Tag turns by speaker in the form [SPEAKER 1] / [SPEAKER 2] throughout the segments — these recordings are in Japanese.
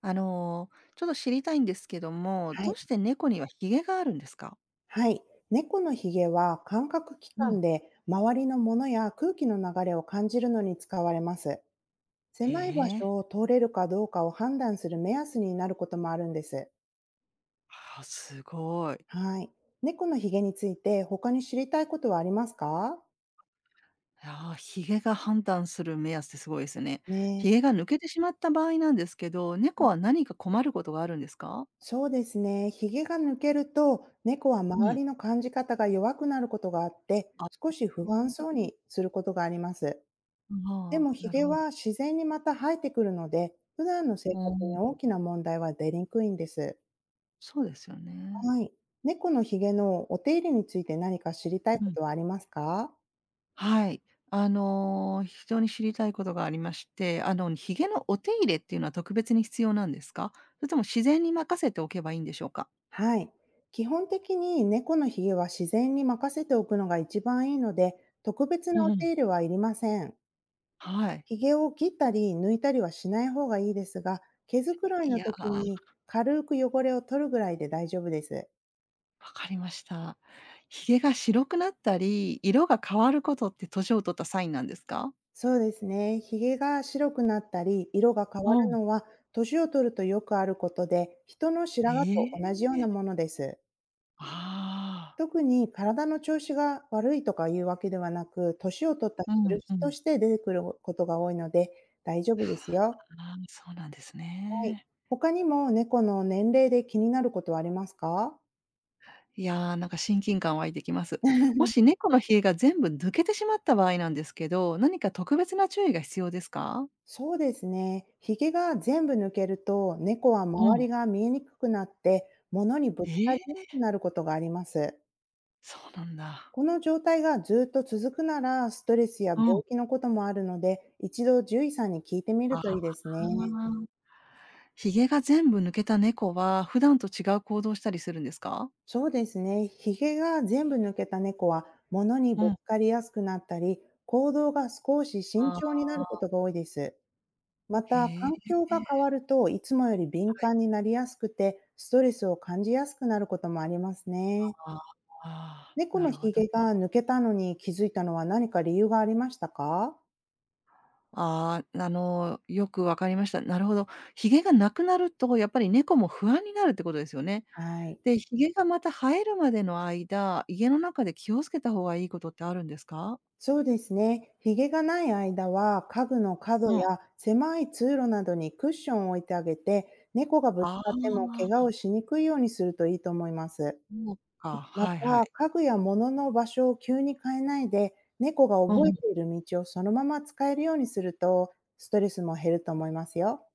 [SPEAKER 1] ちょっと知りたいんですけども、
[SPEAKER 2] は
[SPEAKER 1] どう
[SPEAKER 2] い。
[SPEAKER 1] して猫にはヒゲがあるんですか？
[SPEAKER 2] はい。猫のひげは感覚器
[SPEAKER 1] うん。
[SPEAKER 2] 官で、周りのものや空気の流れを感じるのに使われます。
[SPEAKER 1] へ
[SPEAKER 2] 狭い場
[SPEAKER 1] え。
[SPEAKER 2] 所を通れるかどうかを判断する目安になることもあるんです。
[SPEAKER 1] あーすごい。
[SPEAKER 2] はい。猫のひげについて他に知りたいことはありますか？
[SPEAKER 1] ああ、ヒゲが判断する目安ってすごいですね。
[SPEAKER 2] ね
[SPEAKER 1] ヒ
[SPEAKER 2] え。
[SPEAKER 1] ゲが抜けてしまった場合なんですけど、猫は何か困ることがあるんですか？
[SPEAKER 2] そうですね。ひげが抜けると、猫は
[SPEAKER 1] う
[SPEAKER 2] 周
[SPEAKER 1] ん。
[SPEAKER 2] りの感じ方が弱くなることがあって、
[SPEAKER 1] あ、あ
[SPEAKER 2] 少し不安
[SPEAKER 1] ー
[SPEAKER 2] そうにすることがあります。で
[SPEAKER 1] あ、
[SPEAKER 2] もヒ
[SPEAKER 1] なる
[SPEAKER 2] ゲ
[SPEAKER 1] ほど。
[SPEAKER 2] は自然にまた生えてくるので、普段の生
[SPEAKER 1] お
[SPEAKER 2] 活に大
[SPEAKER 1] ー
[SPEAKER 2] きな問題は出にくいんです。
[SPEAKER 1] そうですよね。
[SPEAKER 2] はい。猫のヒゲのお手入れについて何か知りたいことはありますか？
[SPEAKER 1] はい。非常に知りたいことがありまして、ひげのお手入れっていうのは特別に必要なんですか？それとも自然に任せておけばいいんでしょうか？
[SPEAKER 2] はい。基本的に猫のヒゲは自然に任せておくのが一番いいので、特別
[SPEAKER 1] う
[SPEAKER 2] なお手
[SPEAKER 1] ん。
[SPEAKER 2] 入れはいりません。
[SPEAKER 1] はい。
[SPEAKER 2] ヒゲを切ったり抜いたりはしない方がいいですが、毛づくろい
[SPEAKER 1] い
[SPEAKER 2] の
[SPEAKER 1] やー、
[SPEAKER 2] 時
[SPEAKER 1] わ
[SPEAKER 2] に軽く汚れを取るぐらいで大丈夫です。
[SPEAKER 1] かりました。ひげが白くなったり、色が変わることって年を取ったサインなんですか？
[SPEAKER 2] そうですね。ひげが白くなったり、色が変わ
[SPEAKER 1] う
[SPEAKER 2] る
[SPEAKER 1] ん。
[SPEAKER 2] のは、年を取るとよくあることで、人の
[SPEAKER 1] え
[SPEAKER 2] 白髪と同じような
[SPEAKER 1] え、
[SPEAKER 2] ものです。
[SPEAKER 1] ああー。
[SPEAKER 2] 特に体の調子が悪いとかいうわけではなく、年を取った
[SPEAKER 1] うん
[SPEAKER 2] 印
[SPEAKER 1] う
[SPEAKER 2] と
[SPEAKER 1] ん。
[SPEAKER 2] して出てくることが多いので、大丈夫ですよ。
[SPEAKER 1] ああ、そうなんです
[SPEAKER 2] はい。
[SPEAKER 1] ね。
[SPEAKER 2] 他にも猫の年齢で気になることはありますか？
[SPEAKER 1] いやー、なんか親近感湧いてきます。も し猫のひげが全部抜けてしまった場合なんですけど、何か特別な注意が必要ですか？
[SPEAKER 2] そうですね。ひげが全部抜けると、猫は
[SPEAKER 1] う
[SPEAKER 2] 周り
[SPEAKER 1] ん。
[SPEAKER 2] が見えにくくなって、物にぶつ
[SPEAKER 1] え
[SPEAKER 2] かりにく
[SPEAKER 1] え？
[SPEAKER 2] くなることがあります。
[SPEAKER 1] そうなんだ。
[SPEAKER 2] この状態がずっと続くなら、ストレスや
[SPEAKER 1] う
[SPEAKER 2] 病
[SPEAKER 1] ん。
[SPEAKER 2] 気のこともあるので、一度獣医さんに聞いてみる
[SPEAKER 1] あ
[SPEAKER 2] とい
[SPEAKER 1] あ。
[SPEAKER 2] いですね。
[SPEAKER 1] ひげが全部抜けた猫は、普段と違う行動したりするんですか？
[SPEAKER 2] そうですね。ヒゲが全部抜けた猫は、物に
[SPEAKER 1] う
[SPEAKER 2] ぶ
[SPEAKER 1] ん。
[SPEAKER 2] つかりやすくなったり、行動が少し慎
[SPEAKER 1] ああ、
[SPEAKER 2] 重になることが多いです。また、
[SPEAKER 1] へ
[SPEAKER 2] 環
[SPEAKER 1] え。
[SPEAKER 2] 境が変わると、いつもより敏感になりやすくて、ストレスを感じやすくなることもありますね。
[SPEAKER 1] あーあー、
[SPEAKER 2] 猫
[SPEAKER 1] な
[SPEAKER 2] の
[SPEAKER 1] るほ
[SPEAKER 2] ヒ
[SPEAKER 1] ど
[SPEAKER 2] ゲ
[SPEAKER 1] ね。
[SPEAKER 2] が抜けたのに気づいたのは何か理由がありましたか？
[SPEAKER 1] ああ、よくわかりました。なるほど。ひげがなくなると、やっぱり猫も不安になるってことですよね。
[SPEAKER 2] はい。
[SPEAKER 1] で、ひげがまた生えるまでの間、家の中で気をつけた方がいいことってあるんですか？
[SPEAKER 2] そうですね。ひげがない間は、家具の角
[SPEAKER 1] うん。
[SPEAKER 2] や狭い通路などにクッションを置いてあげて、猫がぶつ
[SPEAKER 1] あ
[SPEAKER 2] かっても怪我
[SPEAKER 1] あ、
[SPEAKER 2] をしにくいようにするといいと思います。
[SPEAKER 1] そうか、
[SPEAKER 2] また、
[SPEAKER 1] はいはい。
[SPEAKER 2] 家具や物の場所を急に変えないで、猫が
[SPEAKER 1] う
[SPEAKER 2] 覚えて
[SPEAKER 1] ん。
[SPEAKER 2] いる道をそのまま使えるようにすると、ストレスも減ると思いますよ。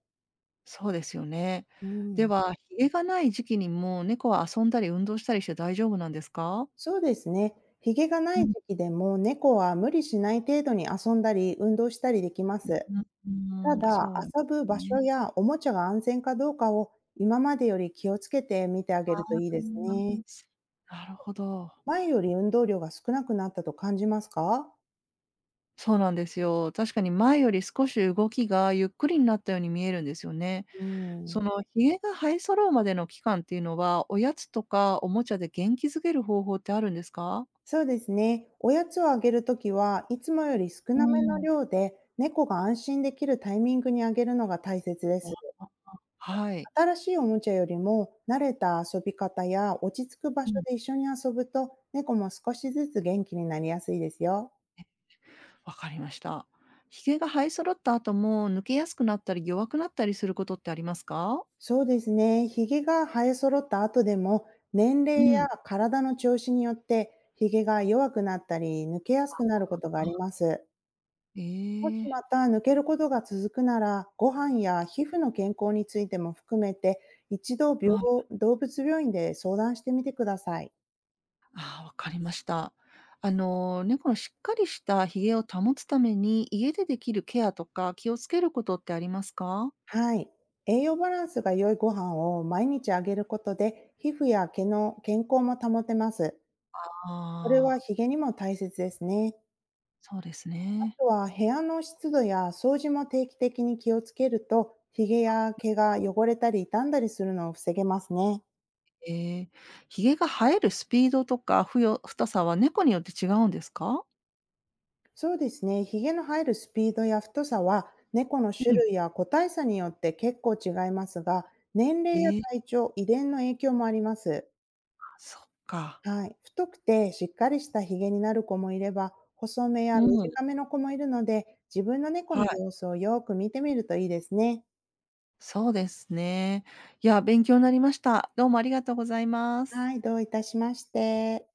[SPEAKER 1] そうですよね。
[SPEAKER 2] う
[SPEAKER 1] で
[SPEAKER 2] ん、
[SPEAKER 1] は、ひげがない時期にも猫は遊んだり運動したりして大丈夫なんですか？
[SPEAKER 2] そうですね。ひげがな
[SPEAKER 1] う
[SPEAKER 2] い
[SPEAKER 1] ん、
[SPEAKER 2] 時期でも、猫は無理しない程度に遊んだり運動したりできま
[SPEAKER 1] う
[SPEAKER 2] す。
[SPEAKER 1] ん、
[SPEAKER 2] た
[SPEAKER 1] うーん、
[SPEAKER 2] だ、
[SPEAKER 1] そうなんで
[SPEAKER 2] 遊ぶ
[SPEAKER 1] す
[SPEAKER 2] 場所
[SPEAKER 1] ね。
[SPEAKER 2] やおもちゃが安全かどうかを、今までより気をつけて見てあげると いい
[SPEAKER 1] う
[SPEAKER 2] ですね。
[SPEAKER 1] ん。なるほど。
[SPEAKER 2] 前より運動量が少なくなったと感じますか？
[SPEAKER 1] そうなんですよ。確かに前より少し動きがゆっくりになったように見えるんですよね。
[SPEAKER 2] うん。
[SPEAKER 1] ひげが生え揃うまでの期間っていうのは、おやつとかおもちゃで元気づける方法ってあるんですか？
[SPEAKER 2] そうですね。おやつをあげるときはいつもより少
[SPEAKER 1] う
[SPEAKER 2] なめの
[SPEAKER 1] ん。
[SPEAKER 2] 量で、猫が安心できるタイミングにあげるのが大切で
[SPEAKER 1] あ、
[SPEAKER 2] す。
[SPEAKER 1] はい。
[SPEAKER 2] 新しいおもちゃよりも慣れた遊び方や落ち着く場
[SPEAKER 1] う
[SPEAKER 2] 所
[SPEAKER 1] ん。
[SPEAKER 2] で一緒に遊ぶと、猫も少しずつ元気になりやすいですよ。
[SPEAKER 1] わかりました。ひげが生え揃った後も、抜けやすくなったり弱くなったりすることってありますか？
[SPEAKER 2] そうですね。ひげが生え揃った後でも、年
[SPEAKER 1] う
[SPEAKER 2] 齢や
[SPEAKER 1] ん。
[SPEAKER 2] 体の調子によってひげが弱くなったり、抜けやすくなることがあります。
[SPEAKER 1] え
[SPEAKER 2] もし
[SPEAKER 1] え、
[SPEAKER 2] また抜けることが続くなら、ご飯や皮膚の健康についても含めて、一度病
[SPEAKER 1] はい。
[SPEAKER 2] 動物病院で相談してみてください。
[SPEAKER 1] ああ、わかりました。猫のしっかりしたひげを保つために、家でできるケアとか気をつけることってありますか？
[SPEAKER 2] はい。栄養バランスが良いご飯を毎日あげることで、皮膚や毛の健康も保てます。これは
[SPEAKER 1] ああー、
[SPEAKER 2] ひげにも大切ですね。
[SPEAKER 1] そうです
[SPEAKER 2] あ
[SPEAKER 1] ね。
[SPEAKER 2] とは部屋の湿度や掃除も定期的に気をつけると、ひげや毛が汚れたり傷んだりするのを防げますね。
[SPEAKER 1] ええ、ひげが生えるスピードとか、太さは猫によって違うんですか？
[SPEAKER 2] そうですね。ひげの生えるスピードや太さは、猫の種
[SPEAKER 1] うん。
[SPEAKER 2] 類や個体差によって結構違いますが、年齢や
[SPEAKER 1] ええ、
[SPEAKER 2] 体調、遺伝の影響もあります。
[SPEAKER 1] そっか。
[SPEAKER 2] はい。太くてしっかりしたひげになる子もいれば、細めや
[SPEAKER 1] うん、
[SPEAKER 2] 短めの子もいるので、自分の猫
[SPEAKER 1] は
[SPEAKER 2] の
[SPEAKER 1] い、
[SPEAKER 2] 様子をよく見てみるといいですね。
[SPEAKER 1] そうですね。いや、勉強になりました。どうもありがとうございま
[SPEAKER 2] は
[SPEAKER 1] す。
[SPEAKER 2] い、どういたしまして。